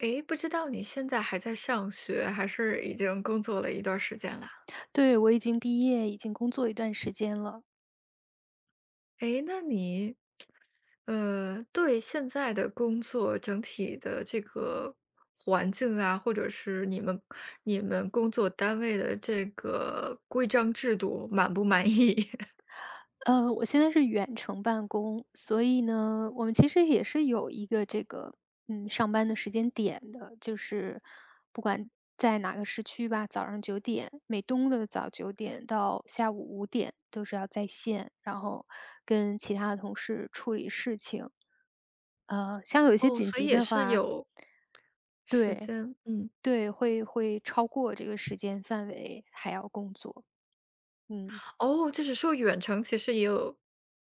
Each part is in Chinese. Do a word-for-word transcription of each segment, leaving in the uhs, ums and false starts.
诶，不知道你现在还在上学，还是已经工作了一段时间了？对，我已经毕业，已经工作一段时间了。诶，那你，呃，对现在的工作整体的这个环境啊，或者是你们你们工作单位的这个规章制度满不满意？呃，我现在是远程办公，所以呢，我们其实也是有一个这个，嗯，上班的时间点的，就是不管在哪个时区吧，早上九点，美东的早九点到下午五点都是要在线，然后跟其他的同事处理事情。呃，像有一些哦，紧所以急也的是话，有时对间，嗯。对，会会超过这个时间范围还要工作，嗯。哦，就是说远程其实也有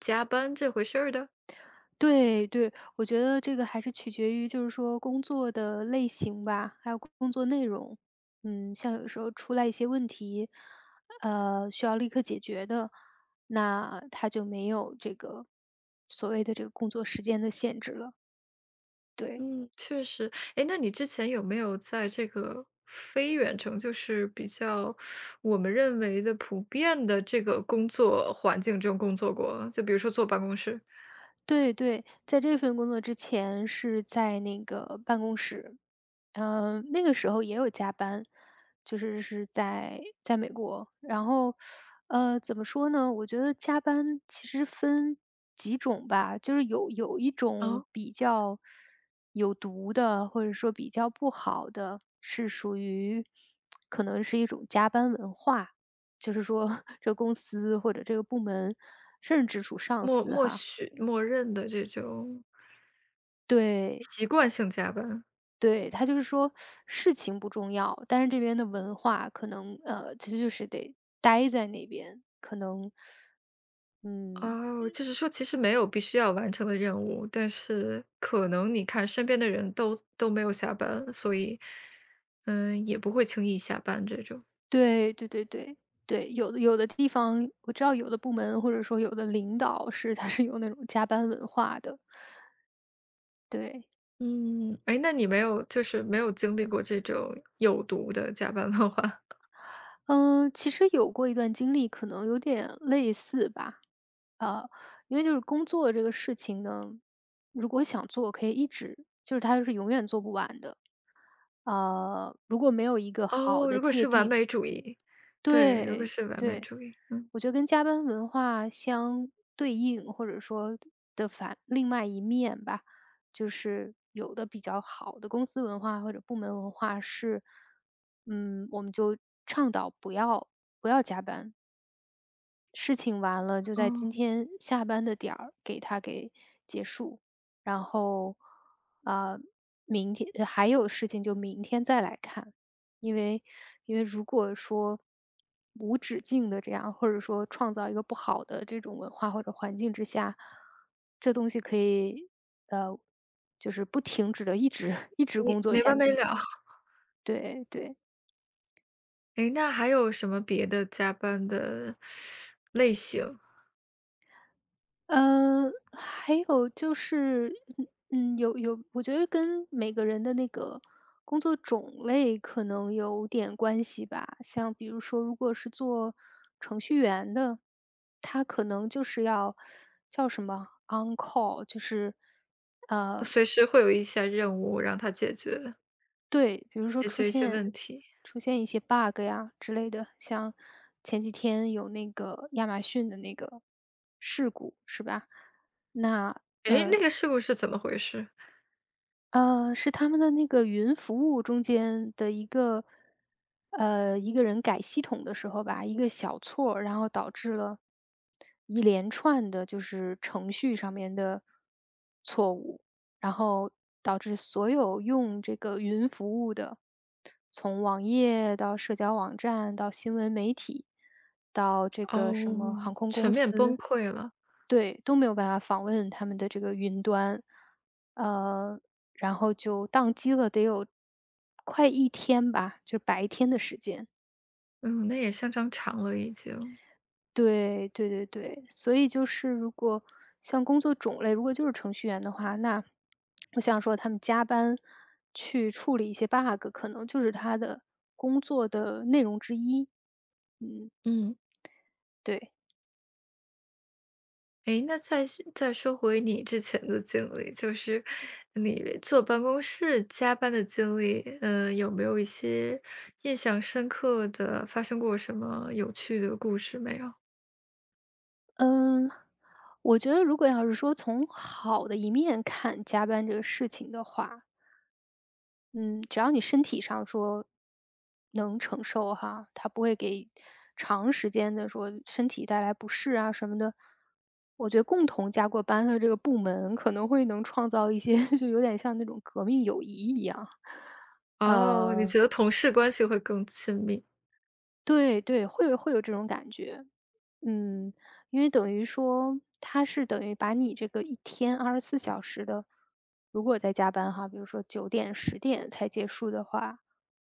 加班这回事儿的？对对，我觉得这个还是取决于就是说工作的类型吧，还有工作内容。嗯，像有时候出来一些问题，呃，需要立刻解决的，那他就没有这个所谓的这个工作时间的限制了。对嗯，确实。哎，那你之前有没有在这个非远程，就是比较我们认为的普遍的这个工作环境中工作过？就比如说坐办公室，对对，在这份工作之前是在那个办公室，嗯，那个时候也有加班，就是是在在美国。然后，呃，怎么说呢？我觉得加班其实分几种吧，就是有有一种啊，比较有毒的，或者说比较不好的，是属于可能是一种加班文化，就是说 这个公司或者这个部门，甚至直属上默司默哈，许默认的这种对习惯性加班。对，他就是说事情不重要，但是这边的文化可能，呃，其实就是得待在那边，可能，嗯，哦，就是说其实没有必须要完成的任务，但是可能你看身边的人都都没有下班，所以，嗯，也不会轻易下班这种。对对对对对，有的有的地方我知道，有的部门或者说有的领导是他是有那种加班文化的，对，嗯，哎，那你没有就是没有经历过这种有毒的加班文化？嗯，其实有过一段经历，可能有点类似吧，呃，因为就是工作这个事情呢，如果想做，可以一直，就是它是永远做不完的。呃，如果没有一个好哦，的如果界是完定。美主义，对，如果对，是完美对，主义，嗯。我觉得跟加班文化相对应，或者说的反另外一面吧，就是有的比较好的公司文化或者部门文化是，嗯，我们就倡导不要不要加班。事情完了，就哦，在今天下班的点儿给它给结束，然后，啊、明天呃还有事情就明天再来看，因为因为如果说无止境的这样，或者说创造一个不好的这种文化或者环境之下，这东西可以呃就是不停止的一直 一直你工作没下完没去，了。对对。哎，那还有什么别的加班的类型？呃，还有就是，嗯嗯，有有，我觉得跟每个人的那个工作种类可能有点关系吧。像比如说，如果是做程序员的，他可能就是要叫什么 on call,就是呃，随时会有一些任务让他解决，对，比如说解出决一些现问题。出现一些 bug 呀之类的，像前几天有那个亚马逊的那个事故，是吧？那哎，那个事故是怎么回事？呃，是他们的那个云服务中间的一个呃，一个人改系统的时候吧，一个小错儿然后导致了一连串的就是程序上面的错误，然后导致所有用这个云服务的，从网页到社交网站，到新闻媒体，到这个什么航哦，空全公面崩司。溃了。对，都没有办法访问他们的这个云端，呃，然后就宕机了，得有快一天吧，就白天的时间。嗯，那也相当长了已经。对，对对对，所以就是如果像工作种类，如果就是程序员的话，那我想说他们加班去处理一些 bug,可能就是他的工作的内容之一。嗯。对，诶，那再是再说回你之前的经历，就是你坐办公室加班的经历，呃，有没有一些印象深刻的，发生过什么有趣的故事没有？嗯，我觉得如果要是说从好的一面看加班这个事情的话，嗯，只要你身体上说能承受哈，它不会给长时间的说身体带来不适啊什么的。我觉得共同加过班的这个部门可能会能创造一些 就有点像那种革命友谊一样。哦，你呃，觉得同事关系会更亲密？对对，会有会有这种感觉。嗯，因为等于说，他是等于把你这个一天二十四小时的如果在加班哈，比如说九点、十点才结束的话，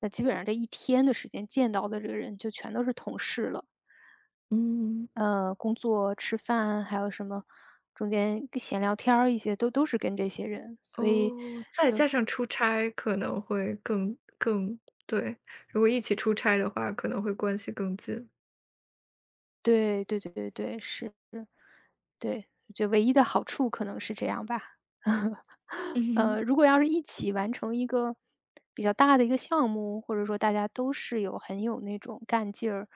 那基本上这一天的时间见到的这个人就全都是同事了。嗯。呃，工作、吃饭，还有什么中间跟闲聊天儿一些，都都是跟这些人，所以哦，再加上出差可能会更更对，如果一起出差的话，可能会关系更近。对，对对对对，是。对，就唯一的好处可能是这样吧。嗯呃，如果要是一起完成一个比较大的一个项目，或者说大家都是有很有那种干劲儿，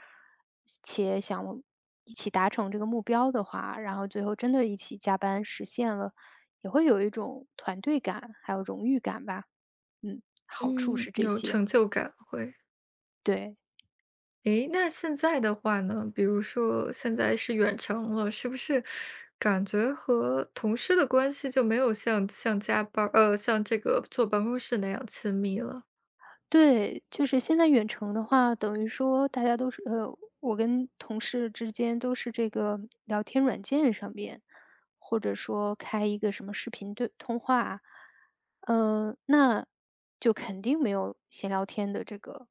且想一起达成这个目标的话，然后最后真的一起加班实现了，也会有一种团队感，还有荣誉感吧。嗯，好处嗯，是这有些，成就感会。对。诶，那现在的话呢，比如说现在是远程了，是不是感觉和同事的关系就没有像像加班儿呃，像这个坐办公室那样亲密了？对，就是现在远程的话，等于说大家都是呃，我跟同事之间都是这个聊天软件上面，或者说开一个什么视频对通话啊，呃，那就肯定没有闲聊天的这个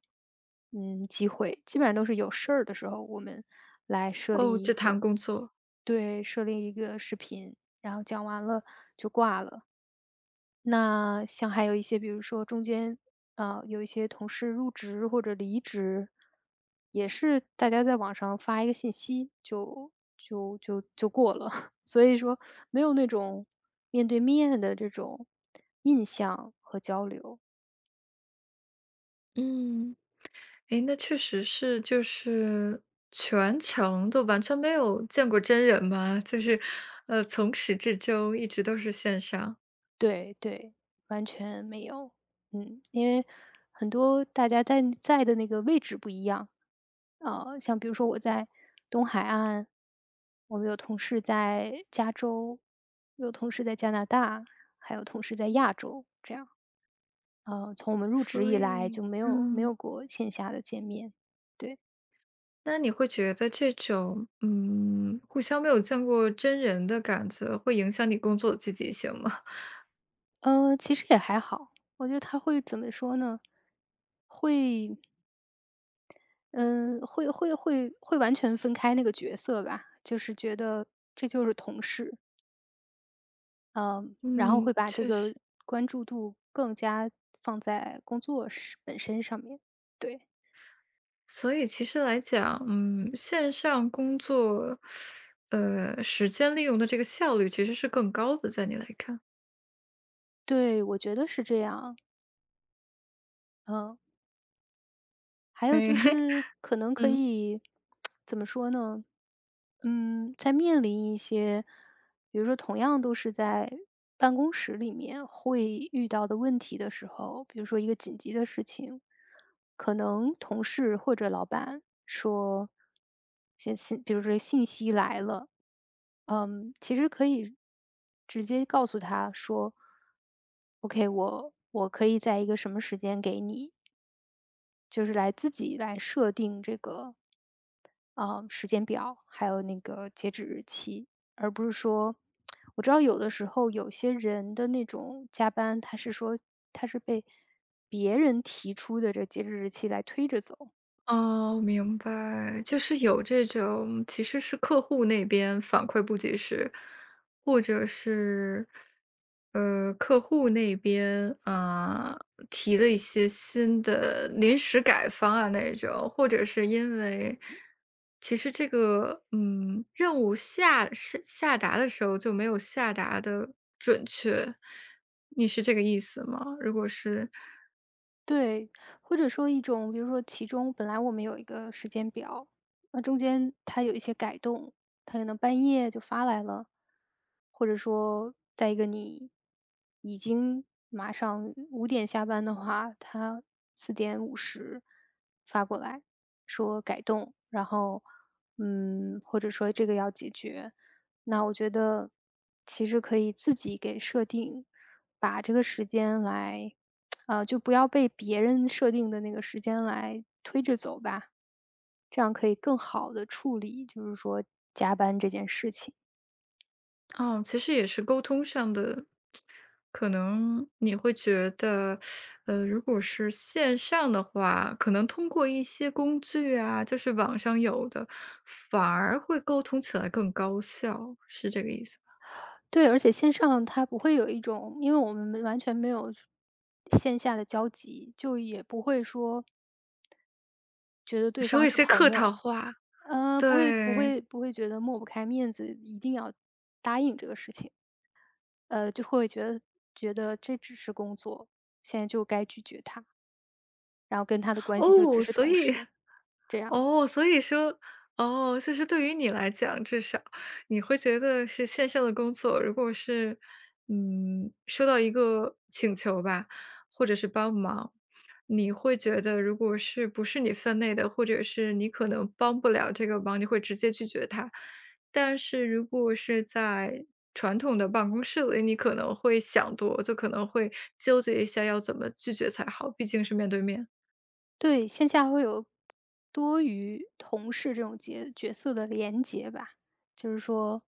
嗯机会，基本上都是有事儿的时候，我们来设哦，立只一个。谈工作。对，设立一个视频，然后讲完了就挂了。那像还有一些比如说中间，呃，有一些同事入职或者离职，也是大家在网上发一个信息就就就就过了。所以说没有那种面对面的这种印象和交流。嗯。诶，那确实是，就是全程都完全没有见过真人嘛，就是，呃，从始至终一直都是线上，对对，完全没有。嗯，因为很多大家在在的那个位置不一样。呃，像比如说我在东海岸，我们有同事在加州，有同事在加拿大，还有同事在亚洲，这样。呃，从我们入职所以来以就没有没有嗯。过线下的见面，对。那你会觉得这种，嗯，互相没有见过真人的感觉，会影响你工作的积极性吗？呃，其实也还好，我觉得他会怎么说呢？会，嗯、会会会会完全分开那个角色吧，就是觉得这就是同事，嗯，然后嗯，会把这确个实。关注度更加放在工作是本身上面。对，所以其实来讲，嗯，线上工作，呃，时间利用的这个效率其实是更高的，在你来看。对，我觉得是这样。嗯，还有嘿，就是可 能可嗯。以 怎么说呢？嗯，在面临一些，比如说同样都是在办公室里面会遇到的问题的时候，比如说一个紧急的事情，可能同事或者老板说，信息，比如说信息来了。嗯，其实可以直接告诉他说："OK,我我可以在一个什么时间给你。"就是来自己来设定这个啊，呃，时间表，还有那个截止日期，而不是说我知道有的时候有些人的那种加班，他是说他是被别人提出的这截止日期来推着走。哦，明白，就是有这种其实是客户那边反馈不及时，或者是，呃，客户那边，啊，提了一些新的临时改方案那种，或者是因为其实这个，嗯，任务下是下达的时候就没有下达的准确，你是这个意思吗？如果是对，或者说一种，比如说其中本来我们有一个时间表，那中间它有一些改动，它可能半夜就发来了，或者说在一个你已经马上五点下班的话，他四点五十发过来说改动，然后嗯，或者说这个要解决，那我觉得其实可以自己给设定，把这个时间来，呃，就不要被别人设定的那个时间来推着走吧，这样可以更好的处理，就是说加班这件事情。哦，其实也是沟通上的，可能你会觉得，呃，如果是线上的话，可能通过一些工具啊，就是网上有的，反而会沟通起来更高效，是这个意思吧？对，而且线上它不会有一种因为我们没完全没有线下的交集，就也不会说觉得对说方一是些朋客套友，话，呃，不会不对，会不会觉得抹不开面子，一定要答应这个事情。呃，就会觉得觉得这只是工作，现在就该拒绝他，然后跟他的关系就只哦，是所同以事，这样。哦，所以说哦，就是对于你来讲，至少你会觉得是线上的工作，如果是，嗯，收到一个请求吧，或者是帮忙，你会觉得如果是不是你分内的，或者是你可能帮不了这个忙，你会直接拒绝他。但是如果是在传统的办公室里，你可能会想多，就可能会纠结一下要怎么拒绝才好，毕竟是面对面。对，线下会有多于同事这种角角色的连接吧，就是说，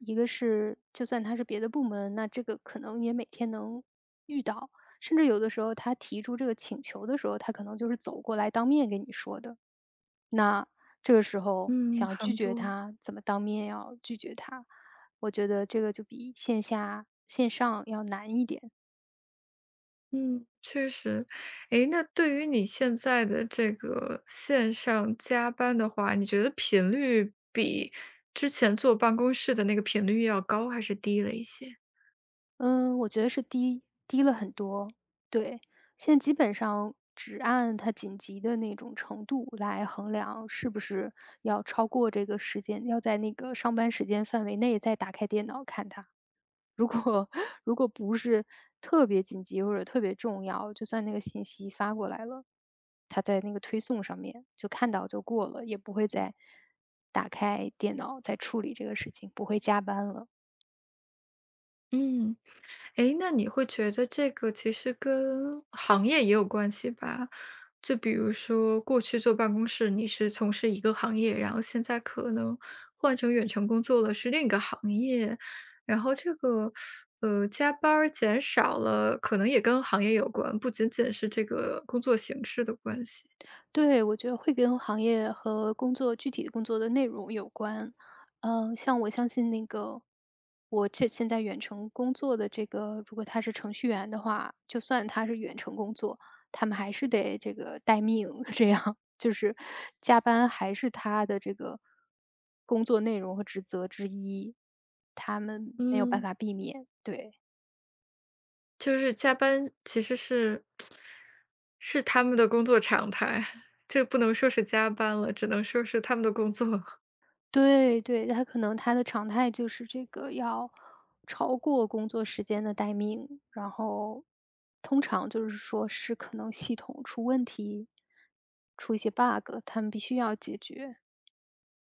一个是就算他是别的部门，那这个可能也每天能遇到，甚至有的时候他提出这个请求的时候，他可能就是走过来当面跟你说的。那这个时候嗯。想要拒很绝多。他，怎么当面要拒绝他？我觉得这个就比线下线上要难一点。嗯，确实。诶，那对于你现在的这个线上加班的话，你觉得频率比之前坐办公室的那个频率要高还是低了一些？嗯，我觉得是低低了很多。对，现在基本上只按它紧急的那种程度来衡量，是不是要超过这个时间，要在那个上班时间范围内再打开电脑看它。如果 如果不是特别紧急或者特别重要，就算那个信息发过来了，他在那个推送上面就看到就过了，也不会再打开电脑再处理这个事情，不会加班了。嗯。诶，那你会觉得这个其实跟行业也有关系吧？就比如说过去坐办公室，你是从事一个行业，然后现在可能换成远程工作了，是另一个行业，然后这个，呃，加班儿减少了，可能也跟行业有关，不仅仅是这个工作形式的关系。对，我觉得会跟行业和工作具体的工作的内容有关。嗯、像我相信那个我这现在远程工作的这个，如果他是程序员的话，就算他是远程工作，他们还是得这个待命，这样就是加班还是他的这个工作内容和职责之一，他们没有办嗯。法避免。对，就是加班其实是是他们的工作常态，这不能说是加班了，只能说是他们的工作。对对，他可能他的常态就是这个要超过工作时间的待命，然后通常就是说是可能系统出问题，出一些 bug,他们必须要解决，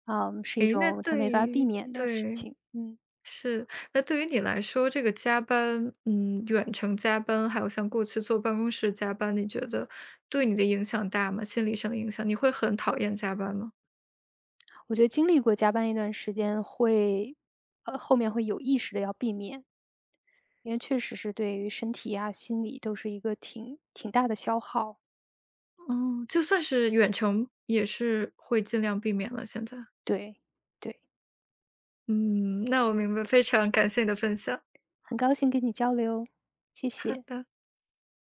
啊，是一诶，那种他没对法避于免的事对，情。嗯，是。那对于你来说，这个加班，嗯，远程加班，还有像过去坐办公室加班，你觉得对你的影响大吗？心理上的影响，你会很讨厌加班吗？我觉得经历过加班一段时间会，呃，后面会有意识的要避免，因为确实是对于身体啊、心理都是一个挺挺大的消耗，哦，就算是远程也是会尽量避免了，现在。对，对。嗯，那我明白，非常感谢你的分享。很高兴跟你交流，谢好谢。的。